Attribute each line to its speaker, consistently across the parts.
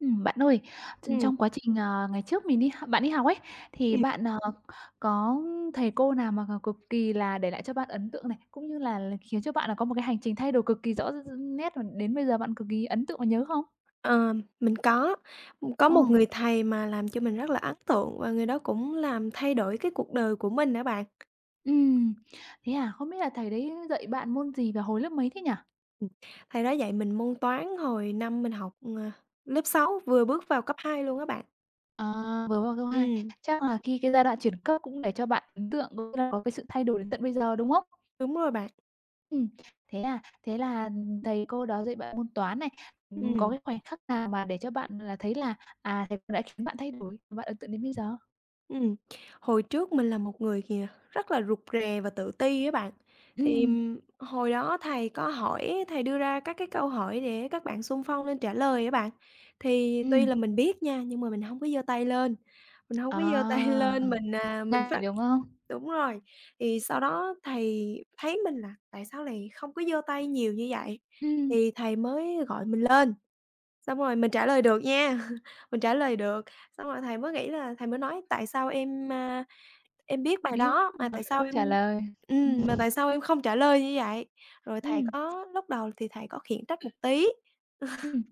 Speaker 1: Bạn ơi,
Speaker 2: Ừm,
Speaker 1: trong quá trình, ngày trước mình đi h bạn đi học ấy, thì
Speaker 2: ừm,
Speaker 1: bạn, có thầy cô nào mà cực kỳ là để lại cho bạn ấn tượng này, cũng như là khiến cho bạn là có một cái hành trình thay đổi cực kỳ rõ nét và đến bây giờ bạn cực kỳ ấn tượng và nhớ không?
Speaker 2: ờ, mình có
Speaker 1: Ờ.
Speaker 2: một người thầy mà làm cho mình rất là ấn tượng và người đó cũng làm thay đổi cái cuộc đời của mình nữa bạn.
Speaker 1: Ừm, Thế à? Không biết là thầy đấy dạy bạn môn gì và hồi lớp mấy thế nhỉ?
Speaker 2: Ừm, thầy đó dạy mình môn toán hồi năm mình học, lớp 6 vừa bước vào cấp 2 luôn á bạn.
Speaker 1: À, vừa vào cấp 2,
Speaker 2: Ừm,
Speaker 1: chắc là khi cái giai đoạn chuyển cấp cũng để cho bạn ấn tượng cũng như là có cái sự thay đổi đến tận bây giờ, đúng không?
Speaker 2: đúng rồi bạn,
Speaker 1: Ừm, Thế à? Thế là thầy cô đó dạy bạn môn toán này, có
Speaker 2: ừm.
Speaker 1: cái khoảnh khắc nào mà để cho bạn là thấy là, thầy cô đã khiến bạn thay đổi, bạn ấn tượng đến bây giờ?
Speaker 2: Ừm, hồi trước mình là một người kìa rất là rụt rè và tự ti á bạn. Thì,
Speaker 1: Ừm,
Speaker 2: hồi đó thầy có hỏi thầy đưa ra các cái câu hỏi để các bạn xung phong lên trả lời á bạn. Thì tuy
Speaker 1: ừm,
Speaker 2: là mình biết nha, nhưng mà mình không có giơ tay lên, mình không có giơ tay
Speaker 1: à,
Speaker 2: lên, mình, à, mình
Speaker 1: Ngại,
Speaker 2: phát
Speaker 1: đúng không?
Speaker 2: đúng rồi, thì sau đó thầy thấy mình là "Tại sao lại không có giơ tay nhiều như vậy?"
Speaker 1: Ừm,
Speaker 2: Thì thầy mới gọi mình lên. Xong rồi mình trả lời được nha, mình trả lời được, xong rồi thầy mới nghĩ là thầy mới nói: "Tại sao em biết bài
Speaker 1: Biết
Speaker 2: đó mà
Speaker 1: mà
Speaker 2: tại sao
Speaker 1: không
Speaker 2: em
Speaker 1: trả lời.
Speaker 2: ừm, mà
Speaker 1: Ừm,
Speaker 2: tại sao em không trả lời như vậy?" Rồi thầy
Speaker 1: ừm,
Speaker 2: có lúc đầu thì thầy có khiển trách một tí.
Speaker 1: ừm,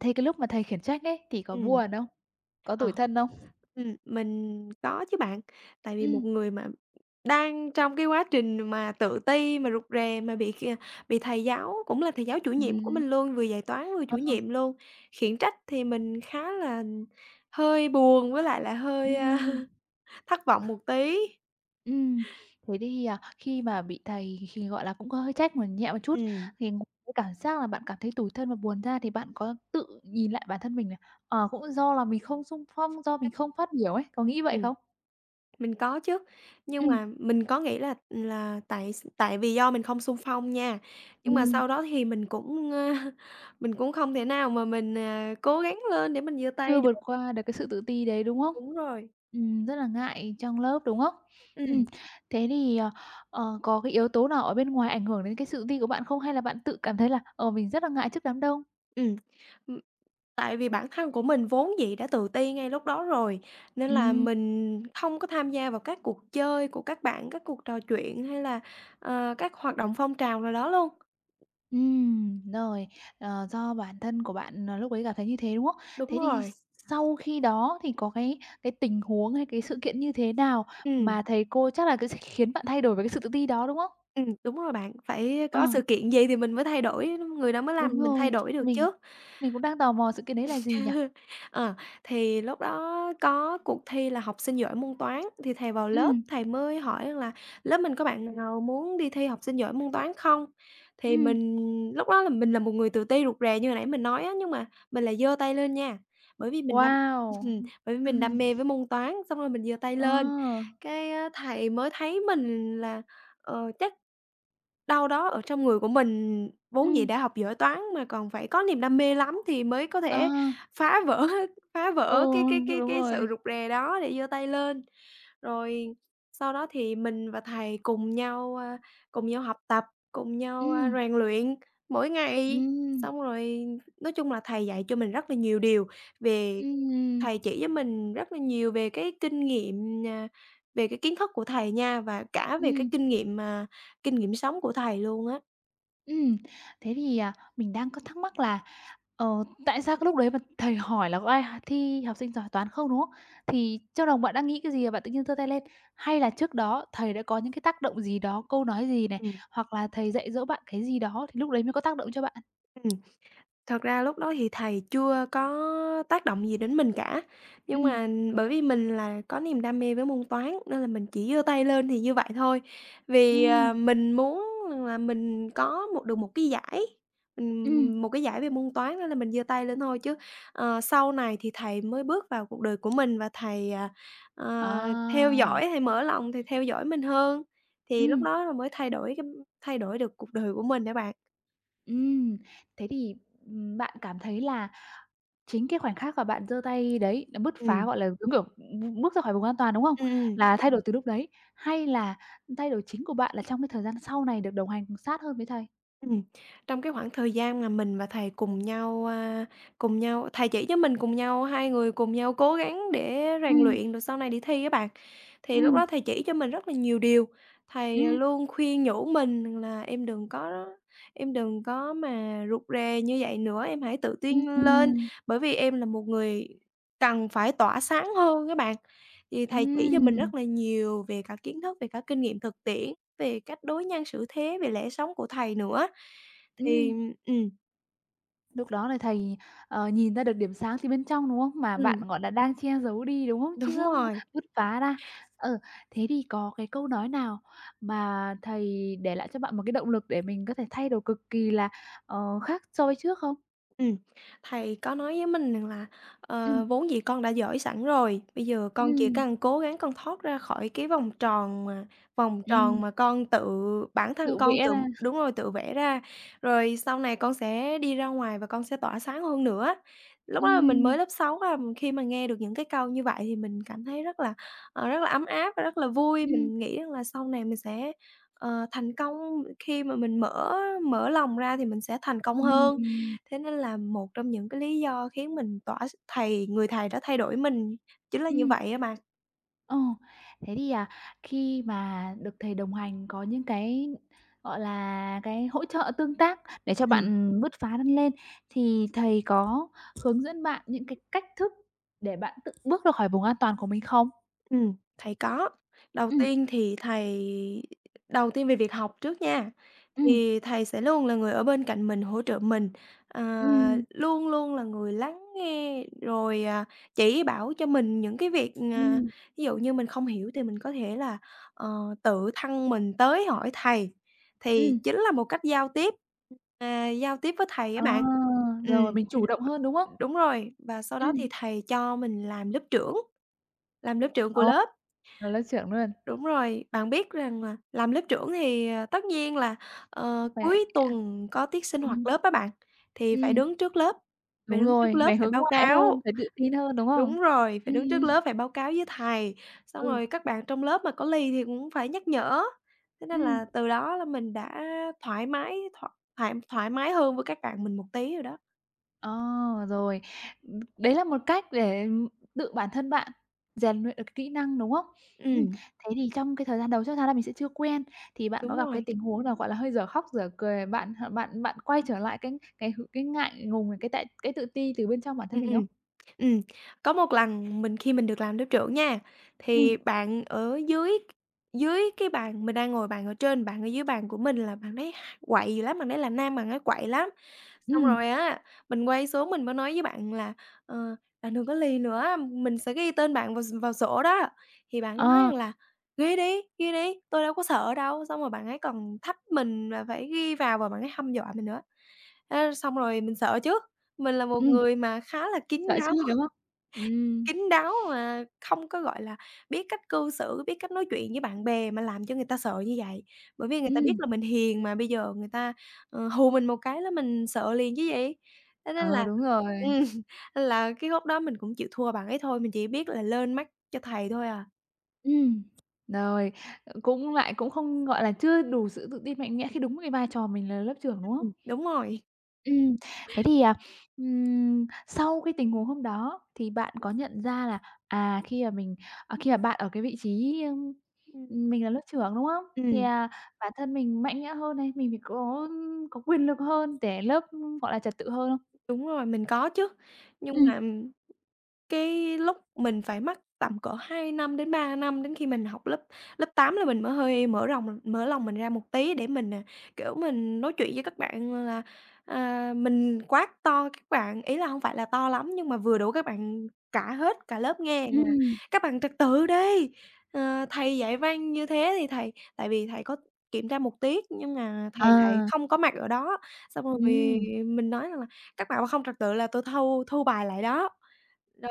Speaker 1: Thế cái lúc mà thầy khiển trách ấy thì có
Speaker 2: Ừm.
Speaker 1: buồn không? Có tủi
Speaker 2: Ờ.
Speaker 1: thân không?
Speaker 2: Mình có chứ bạn. Tại vì một
Speaker 1: Ừm,
Speaker 2: người mà đang trong cái quá trình mà tự ti, mà rụt rè, mà bị kìa bị thầy giáo cũng là thầy giáo chủ nhiệm của
Speaker 1: ừm,
Speaker 2: mình luôn, vừa dạy toán vừa chủ
Speaker 1: ờ,
Speaker 2: nhiệm luôn, khiển trách thì mình khá là hơi buồn với lại là hơi,
Speaker 1: ừm.
Speaker 2: thất vọng một tí.
Speaker 1: Ừm, Thế thì, khi mà bị thầy thì, gọi là, cũng có hơi trách một nhẹ một chút,
Speaker 2: Ừm.
Speaker 1: thì ngoài cái cảm giác là bạn cảm thấy tủi thân và buồn ra thì bạn có tự nhìn lại bản thân mình là, cũng do là mình không xung phong, do mình không phát biểu ấy, có nghĩ vậy không?
Speaker 2: Mình có chứ, nhưng
Speaker 1: Ừm,
Speaker 2: mà mình có nghĩ là tại vì do mình không xung phong nha, nhưng mà
Speaker 1: ừm,
Speaker 2: sau đó thì mình cũng không thể nào mà mình, cố gắng lên để mình giơ tay
Speaker 1: Chưa vượt
Speaker 2: được.
Speaker 1: qua được cái sự tự ti đấy, đúng không?
Speaker 2: Đúng rồi.
Speaker 1: Rất là ngại trong lớp, đúng không?
Speaker 2: Ừm,
Speaker 1: Ừm, Thế thì, có cái yếu tố nào ở bên ngoài ảnh hưởng đến cái sự ti của bạn không? Hay là bạn tự cảm thấy là, mình rất là ngại trước đám đông?
Speaker 2: ừm, ừm, tại vì bản thân của mình vốn dĩ đã tự ti ngay lúc đó rồi, nên là
Speaker 1: Ừm.
Speaker 2: mình không có tham gia vào các cuộc chơi của các bạn, các cuộc trò chuyện hay là, các hoạt động phong trào nào đó luôn.
Speaker 1: Rồi, do bản thân của bạn, lúc ấy cảm thấy như thế, đúng không?
Speaker 2: Đúng
Speaker 1: Thế thì
Speaker 2: rồi,
Speaker 1: sau khi đó thì có cái tình huống hay cái sự kiện như thế nào
Speaker 2: ừm.
Speaker 1: mà thầy cô chắc là cái sẽ khiến bạn thay đổi về cái sự tự ti đó, đúng không?
Speaker 2: Đúng rồi bạn, phải
Speaker 1: Ờ,
Speaker 2: có sự kiện gì thì mình mới thay đổi, người đó mới
Speaker 1: đúng
Speaker 2: làm mình thay
Speaker 1: rồi,
Speaker 2: đổi được
Speaker 1: mình
Speaker 2: chứ.
Speaker 1: mình cũng đang tò mò sự kiện đấy là gì nhỉ?
Speaker 2: Ờ, thì lúc đó có cuộc thi là học sinh giỏi môn toán, thì thầy vào lớp,
Speaker 1: Ừm,
Speaker 2: thầy mới hỏi là "Lớp mình có bạn nào muốn đi thi học sinh giỏi môn toán không?" Thì
Speaker 1: ừm,
Speaker 2: mình lúc đó là mình là một người tự ti rụt rè như hồi nãy mình nói á, nhưng mà mình là giơ tay lên nha, bởi vì mình đam
Speaker 1: wow!
Speaker 2: bởi vì mình đam
Speaker 1: Ừm,
Speaker 2: mê với môn toán, xong rồi mình giơ tay
Speaker 1: ờ,
Speaker 2: lên,
Speaker 1: ừm,
Speaker 2: cái á thầy mới thấy mình là, chắc đâu đó ở trong người của mình
Speaker 1: ờ,
Speaker 2: vốn dĩ
Speaker 1: ừ,
Speaker 2: đã học giỏi toán mà còn phải có niềm đam mê lắm thì mới có thể
Speaker 1: À,
Speaker 2: phá vỡ phá
Speaker 1: ồ,
Speaker 2: vỡ cái cái cái
Speaker 1: đúng
Speaker 2: cái sự
Speaker 1: rồi.
Speaker 2: rụt rè đó để giơ tay lên. Rồi sau đó thì mình và thầy cùng nhau học tập, cùng nhau,
Speaker 1: Ừm,
Speaker 2: rèn luyện mỗi ngày.
Speaker 1: ừm,
Speaker 2: Xong rồi nói chung là thầy dạy cho mình rất là nhiều điều về
Speaker 1: ừm,
Speaker 2: Thầy chỉ cho mình rất là nhiều về cái kinh nghiệm, về cái kiến thức của thầy nha, và cả về cái
Speaker 1: ừm.
Speaker 2: kinh nghiệm sống của thầy luôn á.
Speaker 1: Ừm, Thế thì, mình đang có thắc mắc là, tại sao cái lúc đấy mà thầy hỏi là có ai thi học sinh giỏi toán không, đúng không? Thì trong lòng bạn đang nghĩ cái gì mà bạn tự nhiên giơ tay lên? Hay là trước đó thầy đã có những cái tác động gì đó, câu nói gì này,
Speaker 2: Ừm.
Speaker 1: hoặc là thầy dạy dỗ bạn cái gì đó thì lúc đấy mới có tác động cho bạn?
Speaker 2: Ừm. Thật ra lúc đó thì thầy chưa có tác động gì đến mình cả, nhưng
Speaker 1: Ừm,
Speaker 2: mà ừ, bởi vì mình là có niềm đam mê với môn Toán nên là mình chỉ giơ tay lên thì như vậy thôi. Vì,
Speaker 1: ừm,
Speaker 2: mình muốn là mình có một được
Speaker 1: ừm,
Speaker 2: một cái giải về môn Toán nên là mình giơ tay lên thôi chứ, sau này thì thầy mới bước vào cuộc đời của mình và thầy, ờ, theo
Speaker 1: à,
Speaker 2: dõi, thầy mở lòng, thầy theo dõi mình hơn, thì lúc
Speaker 1: ừm,
Speaker 2: đó là mới thay đổi được cuộc đời của mình á bạn.
Speaker 1: ừm. Thế thì, bạn cảm thấy là chính cái khoảnh khắc mà bạn giơ tay đấy, là bứt phá,
Speaker 2: Ừm.
Speaker 1: gọi là, giống kiểu, bước ra khỏi vùng an toàn, đúng không?
Speaker 2: Ừm. Ừm.
Speaker 1: Là thay đổi từ lúc đấy, hay là thay đổi chính của bạn là trong cái thời gian sau này được đồng hành sát hơn với thầy?
Speaker 2: Ừm, trong cái khoảng thời gian mà mình và thầy cùng nhau, cùng nhau thầy chỉ cho mình cùng nhau, hai người cùng nhau cố gắng để rèn
Speaker 1: Ừm,
Speaker 2: luyện rồi sau này đi thi các bạn, thì lúc
Speaker 1: ừm,
Speaker 2: đó thầy chỉ cho mình rất là nhiều điều. Thầy
Speaker 1: ừm,
Speaker 2: luôn khuyên nhủ mình là "Em đừng có mà rụt rè như vậy nữa, em hãy tự
Speaker 1: ừm,
Speaker 2: tin lên,
Speaker 1: ừm.
Speaker 2: bởi vì em là một người cần phải tỏa sáng hơn" các bạn. Thì thầy chỉ cho mình
Speaker 1: Ừm,
Speaker 2: rất là nhiều về cả kiến thức, về cả kinh nghiệm thực tiễn về cách đối nhân xử thế, về lẽ sống của thầy nữa. Thì
Speaker 1: ừm,
Speaker 2: ừm,
Speaker 1: Lúc đó là thầy, nhìn ra được điểm sáng từ bên trong, đúng không? Mà bạn,
Speaker 2: ừm,
Speaker 1: gọi là, đang che giấu đi, đúng không?
Speaker 2: đúng
Speaker 1: Chưa
Speaker 2: rồi.
Speaker 1: bứt phá ra. Ừ, Thế thì có cái câu nói nào mà thầy để lại cho bạn một cái động lực để mình có thể thay đổi cực kỳ là, khác so với trước không?
Speaker 2: Ừm, thầy có nói với mình rằng là "Ờ,
Speaker 1: Ừm,
Speaker 2: vốn dĩ con đã giỏi sẵn rồi, bây giờ con chỉ
Speaker 1: ừm,
Speaker 2: cần cố gắng con thoát ra khỏi cái vòng tròn
Speaker 1: ừm,
Speaker 2: mà con tự bản thân
Speaker 1: Tự
Speaker 2: con
Speaker 1: vẽ
Speaker 2: tự"
Speaker 1: ra.
Speaker 2: đúng rồi, tự vẽ ra, "rồi sau này con sẽ đi ra ngoài và con sẽ tỏa sáng hơn nữa." Lúc đó là mình mới
Speaker 1: Ừm,
Speaker 2: lớp 6 à, khi mà nghe được những cái câu như vậy thì mình cảm thấy rất là, rất là ấm áp và rất là vui.
Speaker 1: ừm,
Speaker 2: Mình nghĩ rằng là sau này mình sẽ, thành công khi mà mình mở mở lòng ra thì mình sẽ thành công hơn.
Speaker 1: ừm,
Speaker 2: Thế nên là một trong những cái lý do khiến mình tỏa s thầy người thầy đó thay đổi mình chính là như
Speaker 1: ừm,
Speaker 2: vậy á bạn.
Speaker 1: ờ. Thế thì, khi mà được thầy đồng hành có những cái, gọi là, cái hỗ trợ tương tác để cho
Speaker 2: Ừm.
Speaker 1: bạn bứt phá lên lên, thì thầy có hướng dẫn bạn những cái cách thức để bạn tự bước ra khỏi vùng an toàn của mình không?
Speaker 2: Thầy có. Đầu
Speaker 1: Ừm,
Speaker 2: tiên thì thầy đầu tiên về việc học trước nha,
Speaker 1: ừm,
Speaker 2: thì thầy sẽ luôn là người ở bên cạnh mình, hỗ trợ mình,
Speaker 1: ừm,
Speaker 2: luôn luôn là người lắng nghe, rồi, chỉ bảo cho mình những cái việc,
Speaker 1: ừm,
Speaker 2: ví dụ như mình không hiểu thì mình có thể là, ờ, tự thân mình tới hỏi thầy, thì
Speaker 1: ừm,
Speaker 2: chính là một cách giao tiếp với thầy các
Speaker 1: ờ,
Speaker 2: bạn. Ừm,
Speaker 1: Rồi mình chủ động hơn, đúng không?
Speaker 2: đúng rồi, và sau đó
Speaker 1: Ừm,
Speaker 2: thì thầy cho mình làm lớp trưởng của
Speaker 1: ờ,
Speaker 2: lớp.
Speaker 1: là lớp trưởng luôn,
Speaker 2: Đúng rồi, bạn biết rằng là làm lớp trưởng thì, tất nhiên là,
Speaker 1: phải
Speaker 2: cuối tuần có tiết sinh hoạt
Speaker 1: ừm,
Speaker 2: lớp á bạn, thì
Speaker 1: ừm.
Speaker 2: phải
Speaker 1: Đúng
Speaker 2: đứng trước
Speaker 1: rồi,
Speaker 2: lớp
Speaker 1: phải
Speaker 2: phải
Speaker 1: hướng
Speaker 2: báo
Speaker 1: ngoại hơn,
Speaker 2: cáo.
Speaker 1: phải tự tin hơn, đúng không?
Speaker 2: Đúng rồi, phải
Speaker 1: Ừm.
Speaker 2: đứng trước lớp phải báo cáo với thầy, xong
Speaker 1: Ừ,
Speaker 2: rồi các bạn trong lớp mà có ly thì cũng phải nhắc nhở. Thế nên
Speaker 1: ừm,
Speaker 2: là từ đó là mình đã thoải mái hơn với các bạn mình một tí rồi đó.
Speaker 1: ờ, Rồi. Đấy là một cách để, tự bản thân bạn rèn luyện được cái kỹ năng, đúng không?
Speaker 2: Ừm,
Speaker 1: Thế thì trong cái thời gian đầu chắc chắn là mình sẽ chưa quen, thì bạn
Speaker 2: đúng
Speaker 1: có gặp cái
Speaker 2: rồi.
Speaker 1: tình huống nào, gọi là, hơi dở khóc dở cười, bạn h bạn bạn quay trở lại cái ngại ngùng, này, cái tự ti từ bên trong bản thân
Speaker 2: Ừm.
Speaker 1: mình không?
Speaker 2: Ừm, Ừm, có một lần mình khi mình được làm lớp trưởng nha,
Speaker 1: Ừm,
Speaker 2: thì bạn ở dưới dưới cái bàn mình đang ngồi bàn ở trên, bạn ở dưới bàn của mình là bạn ấy quậy dữ lắm, bạn ấy là nam, bạn ấy quậy lắm. Xong
Speaker 1: ừm,
Speaker 2: rồi á, mình quay xuống mình mới nói với bạn là "Ờ, bạn đừng có lì nữa, mình sẽ ghi tên bạn vào sổ đó." Thì bạn ấy nói
Speaker 1: ờ,
Speaker 2: rằng là ghi đi, tôi đâu có sợ đâu." Xong rồi bạn ấy còn thách mình là phải ghi vào và bạn ấy hăm dọa mình nữa. Thế xong rồi mình sợ chứ. Mình là một
Speaker 1: ừm,
Speaker 2: người mà khá là kín
Speaker 1: Sợ
Speaker 2: đáo
Speaker 1: chứ, đúng không? Ừm,
Speaker 2: kín đáo mà không có, gọi là, biết cách cư xử, biết cách nói chuyện với bạn bè mà làm cho người ta sợ như vậy. Bởi vì người ta biết
Speaker 1: ừm,
Speaker 2: là mình hiền mà bây giờ người ta, hù mình một cái là mình sợ liền chứ gì. Thế nên
Speaker 1: ờ,
Speaker 2: là
Speaker 1: Đúng rồi.
Speaker 2: ừm, nên là cái khúc đó mình cũng chịu thua bạn ấy thôi, mình chỉ biết là lên mắt cho thầy thôi à.
Speaker 1: Ừm, Rồi, cũng lại cũng không, gọi là, chưa đủ sự tự tin mạnh mẽ khi đúng cái vai trò mình là lớp trưởng, đúng không?
Speaker 2: Đúng rồi.
Speaker 1: Ừm, Thế thì, sau cái tình huống hôm đó thì bạn có nhận ra là, à, khi mà mình khi mà bạn ở cái vị trí,
Speaker 2: Ừm.
Speaker 1: mình là lớp trưởng, đúng không? Thì,
Speaker 2: Ừm,
Speaker 1: bản thân mình mạnh mẽ hơn này, mình phải có quyền lực hơn để lớp, gọi là, trật tự hơn không?
Speaker 2: đúng rồi, mình có chứ,
Speaker 1: Ừm,
Speaker 2: nhưng
Speaker 1: ừm.
Speaker 2: mà cái lúc mình phải mất tầm cỡ 2 năm đến 3 năm, đến khi mình học lớp lớp 8 là mình mới hơi mở rộng mở lòng mình ra một tí để mình, kiểu, mình nói chuyện với các bạn là, mình quát to các bạn, ý là không phải là to lắm nhưng mà vừa đủ các bạn cả hết cả lớp nghe rằng là
Speaker 1: Ừm,
Speaker 2: "Các bạn trật tự đi, ờ, thầy dạy văn như thế thì thầy" tại vì thầy có kiểm tra một tiết nhưng mà thầy lại
Speaker 1: à,
Speaker 2: không có mặt ở đó. Xong rồi
Speaker 1: ừm,
Speaker 2: mình nói rằng là "Các bạn mà không trật tự là tôi thu thu bài lại đó."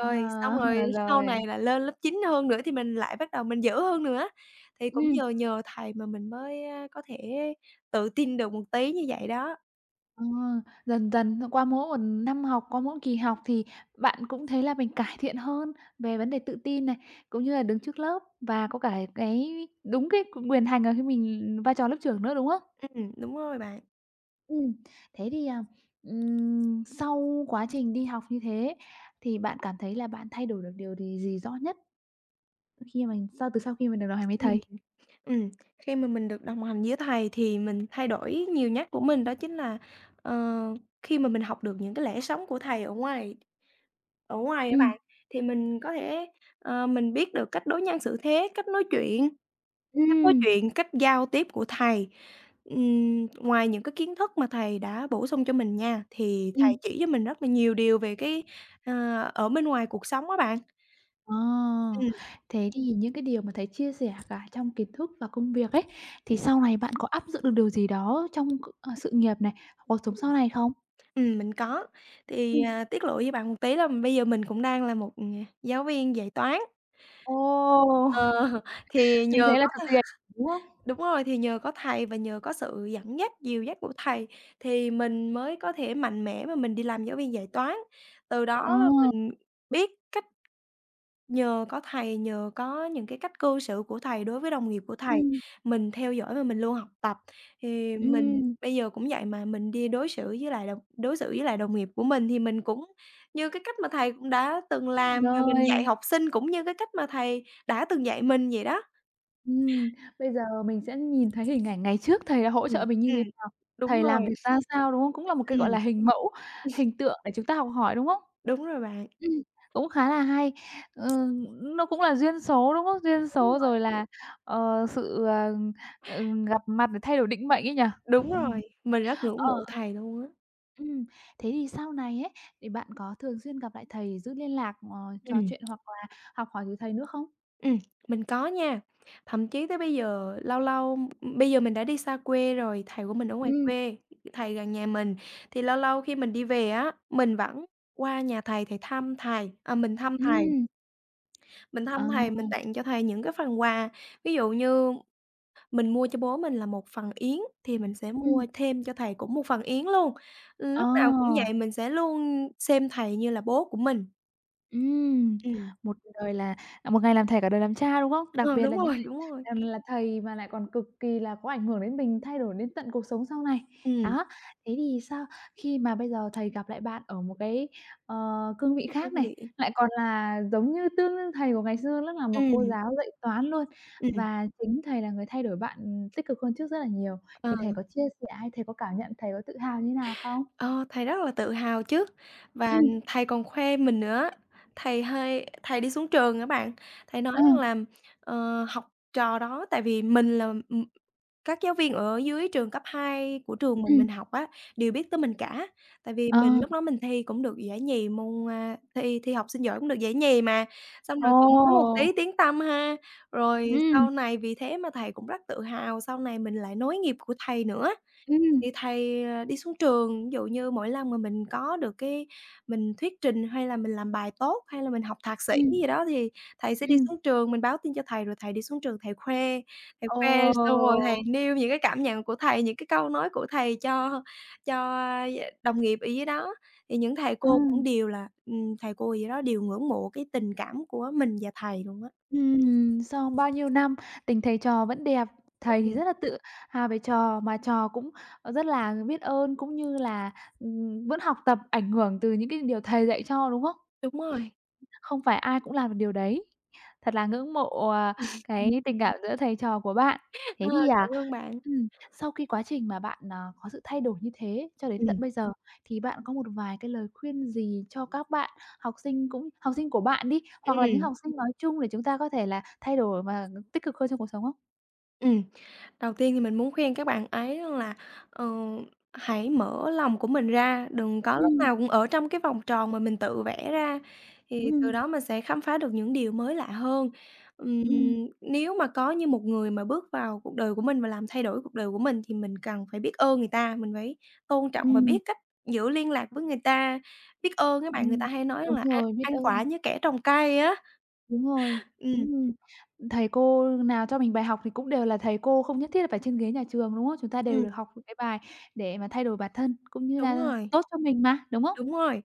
Speaker 1: à,
Speaker 2: xong rồi sau này
Speaker 1: rồi,
Speaker 2: là lên lớp 9 hơn nữa thì mình lại bắt đầu mình dữ hơn nữa, thì cũng
Speaker 1: ừm.
Speaker 2: nhờ nhờ thầy mà mình mới, có thể tự tin được một tí như vậy đó.
Speaker 1: Ờ, dần dần qua mỗi một năm học, qua mỗi kỳ học thì bạn cũng thấy là mình cải thiện hơn về vấn đề tự tin này, cũng như là đứng trước lớp và có cả cái đúng cái quyền hành ở khi mình vai trò lớp trưởng nữa, đúng không?
Speaker 2: Đúng rồi bạn.
Speaker 1: Ừm, Thế thì, sau quá trình đi học như thế thì bạn cảm thấy là bạn thay đổi được điều gì gì rõ nhất khi mà mình sau từ sau khi mình được đồng hành với
Speaker 2: Ừm,
Speaker 1: thầy?
Speaker 2: ừm, khi mà mình được đồng hành với thầy thì mình thay đổi nhiều nhất của mình đó chính là, ờ, khi mà mình học được những cái lẽ sống của thầy ở ngoài á
Speaker 1: Ừm.
Speaker 2: bạn, thì mình có thể, mình biết được cách đối nhân xử thế, cách nói chuyện. Cách nói
Speaker 1: Ừm,
Speaker 2: chuyện, cách giao tiếp của thầy, ngoài những cái kiến thức mà thầy đã bổ sung cho mình nha, thì
Speaker 1: ừm.
Speaker 2: thầy chỉ cho mình rất là nhiều điều về cái, ờ, ở bên ngoài cuộc sống á bạn.
Speaker 1: Ờ,
Speaker 2: Ừm,
Speaker 1: Thế thì những cái điều mà thầy chia sẻ cả trong kiến thức và công việc ấy, thì
Speaker 2: ừm.
Speaker 1: sau này bạn có áp dụng được điều gì đó trong sự nghiệp này, cuộc sống sau này không?
Speaker 2: Mình có, thì,
Speaker 1: Ừm.
Speaker 2: à, tiết lộ với bạn một tí là bây giờ mình cũng đang là một, giáo viên dạy toán.
Speaker 1: Ồ!
Speaker 2: Ờ, thì
Speaker 1: Mình
Speaker 2: nhờ
Speaker 1: thấy là
Speaker 2: có
Speaker 1: cực
Speaker 2: th
Speaker 1: kỳ ảnh hưởng, đúng không?
Speaker 2: đúng rồi, thì nhờ có thầy và nhờ có sự dẫn dắt, dìu dắt của thầy thì mình mới có thể mạnh mẽ mà mình đi làm giáo viên dạy toán. Từ
Speaker 1: Ờ,
Speaker 2: đó là mình biết cách Nhờ có thầy, nhờ có những cái cách cư xử của thầy đối với đồng nghiệp của thầy,
Speaker 1: ừ
Speaker 2: mình theo dõi và mình luôn học tập. Thì mình
Speaker 1: ừm,
Speaker 2: bây giờ cũng vậy mà mình đi đối xử với lại đồng nghiệp của mình thì mình cũng như cái cách mà thầy cũng đã từng làm và mình dạy
Speaker 1: Rồi,
Speaker 2: học sinh cũng như cái cách mà thầy đã từng dạy mình vậy đó.
Speaker 1: ừm, bây giờ mình sẽ nhìn thấy hình ảnh ngày trước thầy đã hỗ trợ
Speaker 2: Ừm,
Speaker 1: mình như
Speaker 2: ừm,
Speaker 1: thế nào,
Speaker 2: đúng
Speaker 1: thầy
Speaker 2: rồi,
Speaker 1: làm việc ra sao, đúng không? Cũng là một cái, gọi
Speaker 2: ừm,
Speaker 1: là, hình mẫu, hình tượng để chúng ta học hỏi, đúng không?
Speaker 2: đúng rồi bạn,
Speaker 1: Ừm, Cũng khá là hay. Ừ, nó cũng là duyên số, đúng không? Duyên
Speaker 2: đúng
Speaker 1: số
Speaker 2: rồi,
Speaker 1: rồi là, sự, ờ, gặp mặt để thay đổi định mệnh ấy nhỉ?
Speaker 2: đúng rồi, mình rất ngưỡng
Speaker 1: Ờ,
Speaker 2: mộ thầy luôn á.
Speaker 1: ừm, Thế thì sau này ấy, thì bạn có thường xuyên gặp lại thầy, giữ liên lạc, trò
Speaker 2: Ừm.
Speaker 1: chuyện hoặc là học hỏi từ thầy nữa không?
Speaker 2: Ừm, mình có nha. Thậm chí tới bây giờ lâu lâu bây giờ mình đã đi xa quê rồi, thầy của mình ở ngoài
Speaker 1: Ừm,
Speaker 2: quê, thầy gần nhà mình, thì lâu lâu khi mình đi về á, mình vẫn qua nhà thầy để thăm thầy,
Speaker 1: ừm,
Speaker 2: mình thăm
Speaker 1: ờ,
Speaker 2: thầy, mình tặng cho thầy những cái phần quà. Ví dụ như mình mua cho bố mình là một phần yến thì mình sẽ
Speaker 1: ừm,
Speaker 2: mua thêm cho thầy cũng một phần yến luôn.
Speaker 1: ờ.
Speaker 2: Lúc nào cũng vậy, mình sẽ luôn xem thầy như là bố của mình.
Speaker 1: Ừm,
Speaker 2: Ừm,
Speaker 1: một đời là Một ngày làm thầy cả đời làm cha, đúng không? Đặc
Speaker 2: ờ,
Speaker 1: biệt
Speaker 2: đúng
Speaker 1: là những
Speaker 2: rồi,
Speaker 1: người
Speaker 2: đúng rồi.
Speaker 1: làm là thầy mà lại còn cực kỳ là có ảnh hưởng đến mình, thay đổi đến tận cuộc sống sau này.
Speaker 2: Ừm,
Speaker 1: Đó, thế thì sao khi mà bây giờ thầy gặp lại bạn ở một cái, ờ, cương vị khác
Speaker 2: phương
Speaker 1: này,
Speaker 2: tiện.
Speaker 1: lại còn là giống như tương đương thầy của ngày xưa, lúc là một cô
Speaker 2: Ừm,
Speaker 1: giáo dạy toán luôn,
Speaker 2: ừm,
Speaker 1: và chính thầy là người thay đổi bạn, tích cực hơn trước rất là nhiều,
Speaker 2: ờ.
Speaker 1: thì thầy có chia sẻ hay thầy có cảm nhận, thầy có tự hào như nào không?
Speaker 2: Ờ, thầy rất là tự hào chứ, và
Speaker 1: Ừm,
Speaker 2: thầy còn khoe mình nữa. Thầy đi xuống trường á bạn, thầy nói
Speaker 1: ờ,
Speaker 2: rằng là, học trò đó tại vì mình là, các giáo viên ở dưới trường cấp 2 của trường mình
Speaker 1: ừm,
Speaker 2: học á, đều biết tới mình cả. Tại vì
Speaker 1: ờ,
Speaker 2: mình lúc đó mình thi cũng được giải nhì môn, thi thi học sinh giỏi cũng được giải nhì mà, xong
Speaker 1: ồ,
Speaker 2: rồi cũng có một tí tiếng tăm ha. Rồi
Speaker 1: ừm.
Speaker 2: sau này vì thế mà thầy cũng rất tự hào, sau này mình lại nối nghiệp của thầy nữa.
Speaker 1: Ừm,
Speaker 2: Thì thầy, đi xuống trường, ví dụ như mỗi lần mà mình có được cái mình thuyết trình hay là mình làm bài tốt, hay là mình học thạc sĩ
Speaker 1: ừm,
Speaker 2: gì đó thì thầy sẽ đi
Speaker 1: ừm.
Speaker 2: xuống trường, mình báo tin cho thầy rồi thầy đi xuống trường thầy
Speaker 1: Ồ!
Speaker 2: khoe xong rồi thầy nêu những cái cảm nhận của thầy, những cái câu nói của thầy cho cho, à, đồng nghiệp ở dưới đó. Thì những thầy
Speaker 1: Ờ.
Speaker 2: cô cũng đều là thầy cô gì đó đều ngưỡng mộ cái tình cảm của mình và thầy luôn á.
Speaker 1: Sau bao nhiêu năm, tình thầy trò vẫn đẹp. Thầy thì
Speaker 2: Ừm,
Speaker 1: rất là tự hào về trò, mà trò cũng, rất là biết ơn, cũng như là, vẫn học tập ảnh hưởng từ những cái điều thầy dạy cho, đúng không?
Speaker 2: đúng rồi.
Speaker 1: Không phải ai cũng làm được điều đấy. Thật là ngưỡng mộ, cái
Speaker 2: Ừm.
Speaker 1: tình cảm giữa thầy trò của bạn.
Speaker 2: Ờ,
Speaker 1: Thế thì,
Speaker 2: cảm ơn bạn.
Speaker 1: Sau khi quá trình mà bạn, có sự thay đổi như thế cho đến
Speaker 2: Ừ,
Speaker 1: tận bây giờ, thì bạn có một vài cái lời khuyên gì cho các bạn học sinh cũng học sinh của bạn đi, hoặc là những
Speaker 2: ừ
Speaker 1: học sinh nói chung để chúng ta có thể là thay đổi và tích cực hơn trong cuộc sống không?
Speaker 2: ừm. Đầu tiên thì mình muốn khuyên các bạn ấy là, ờ, hãy mở lòng của mình ra, đừng có lúc
Speaker 1: Ừm,
Speaker 2: nào cũng ở trong cái vòng tròn mà mình tự vẽ ra, thì
Speaker 1: ừm,
Speaker 2: từ đó mình sẽ khám phá được những điều mới lạ hơn. Ừm,
Speaker 1: ừm,
Speaker 2: nếu mà có như một người mà bước vào cuộc đời của mình và làm thay đổi cuộc đời của mình thì mình cần phải biết ơn người ta, mình phải tôn trọng và
Speaker 1: ừm,
Speaker 2: biết cách giữ liên lạc với người ta. Biết ơn Các bạn, người ta
Speaker 1: ừm.
Speaker 2: hay nói
Speaker 1: Đúng
Speaker 2: là "Ăn
Speaker 1: rồi, biết
Speaker 2: ăn quả
Speaker 1: ơn.
Speaker 2: như kẻ trồng cây" á.
Speaker 1: Đúng rồi.
Speaker 2: Ừm,
Speaker 1: Ừm, Thầy cô nào cho mình bài học thì cũng đều là thầy cô, không nhất thiết là phải trên ghế nhà trường, đúng không? Chúng ta đều
Speaker 2: ừm,
Speaker 1: được học những cái bài để mà thay đổi bản thân, cũng như
Speaker 2: đúng
Speaker 1: là
Speaker 2: rồi,
Speaker 1: tốt cho mình mà, đúng không?
Speaker 2: đúng rồi,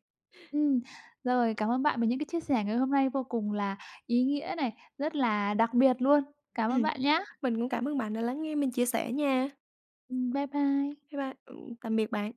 Speaker 1: Ừm, Rồi, cảm ơn bạn về những cái chia sẻ ngày hôm nay vô cùng là ý nghĩa này, rất là đặc biệt luôn. Cảm ơn
Speaker 2: ừm.
Speaker 1: bạn nhá.
Speaker 2: Mình cũng cảm ơn bạn đã lắng nghe mình chia sẻ nha.
Speaker 1: Bye bye.
Speaker 2: Bye bye, tạm biệt bạn.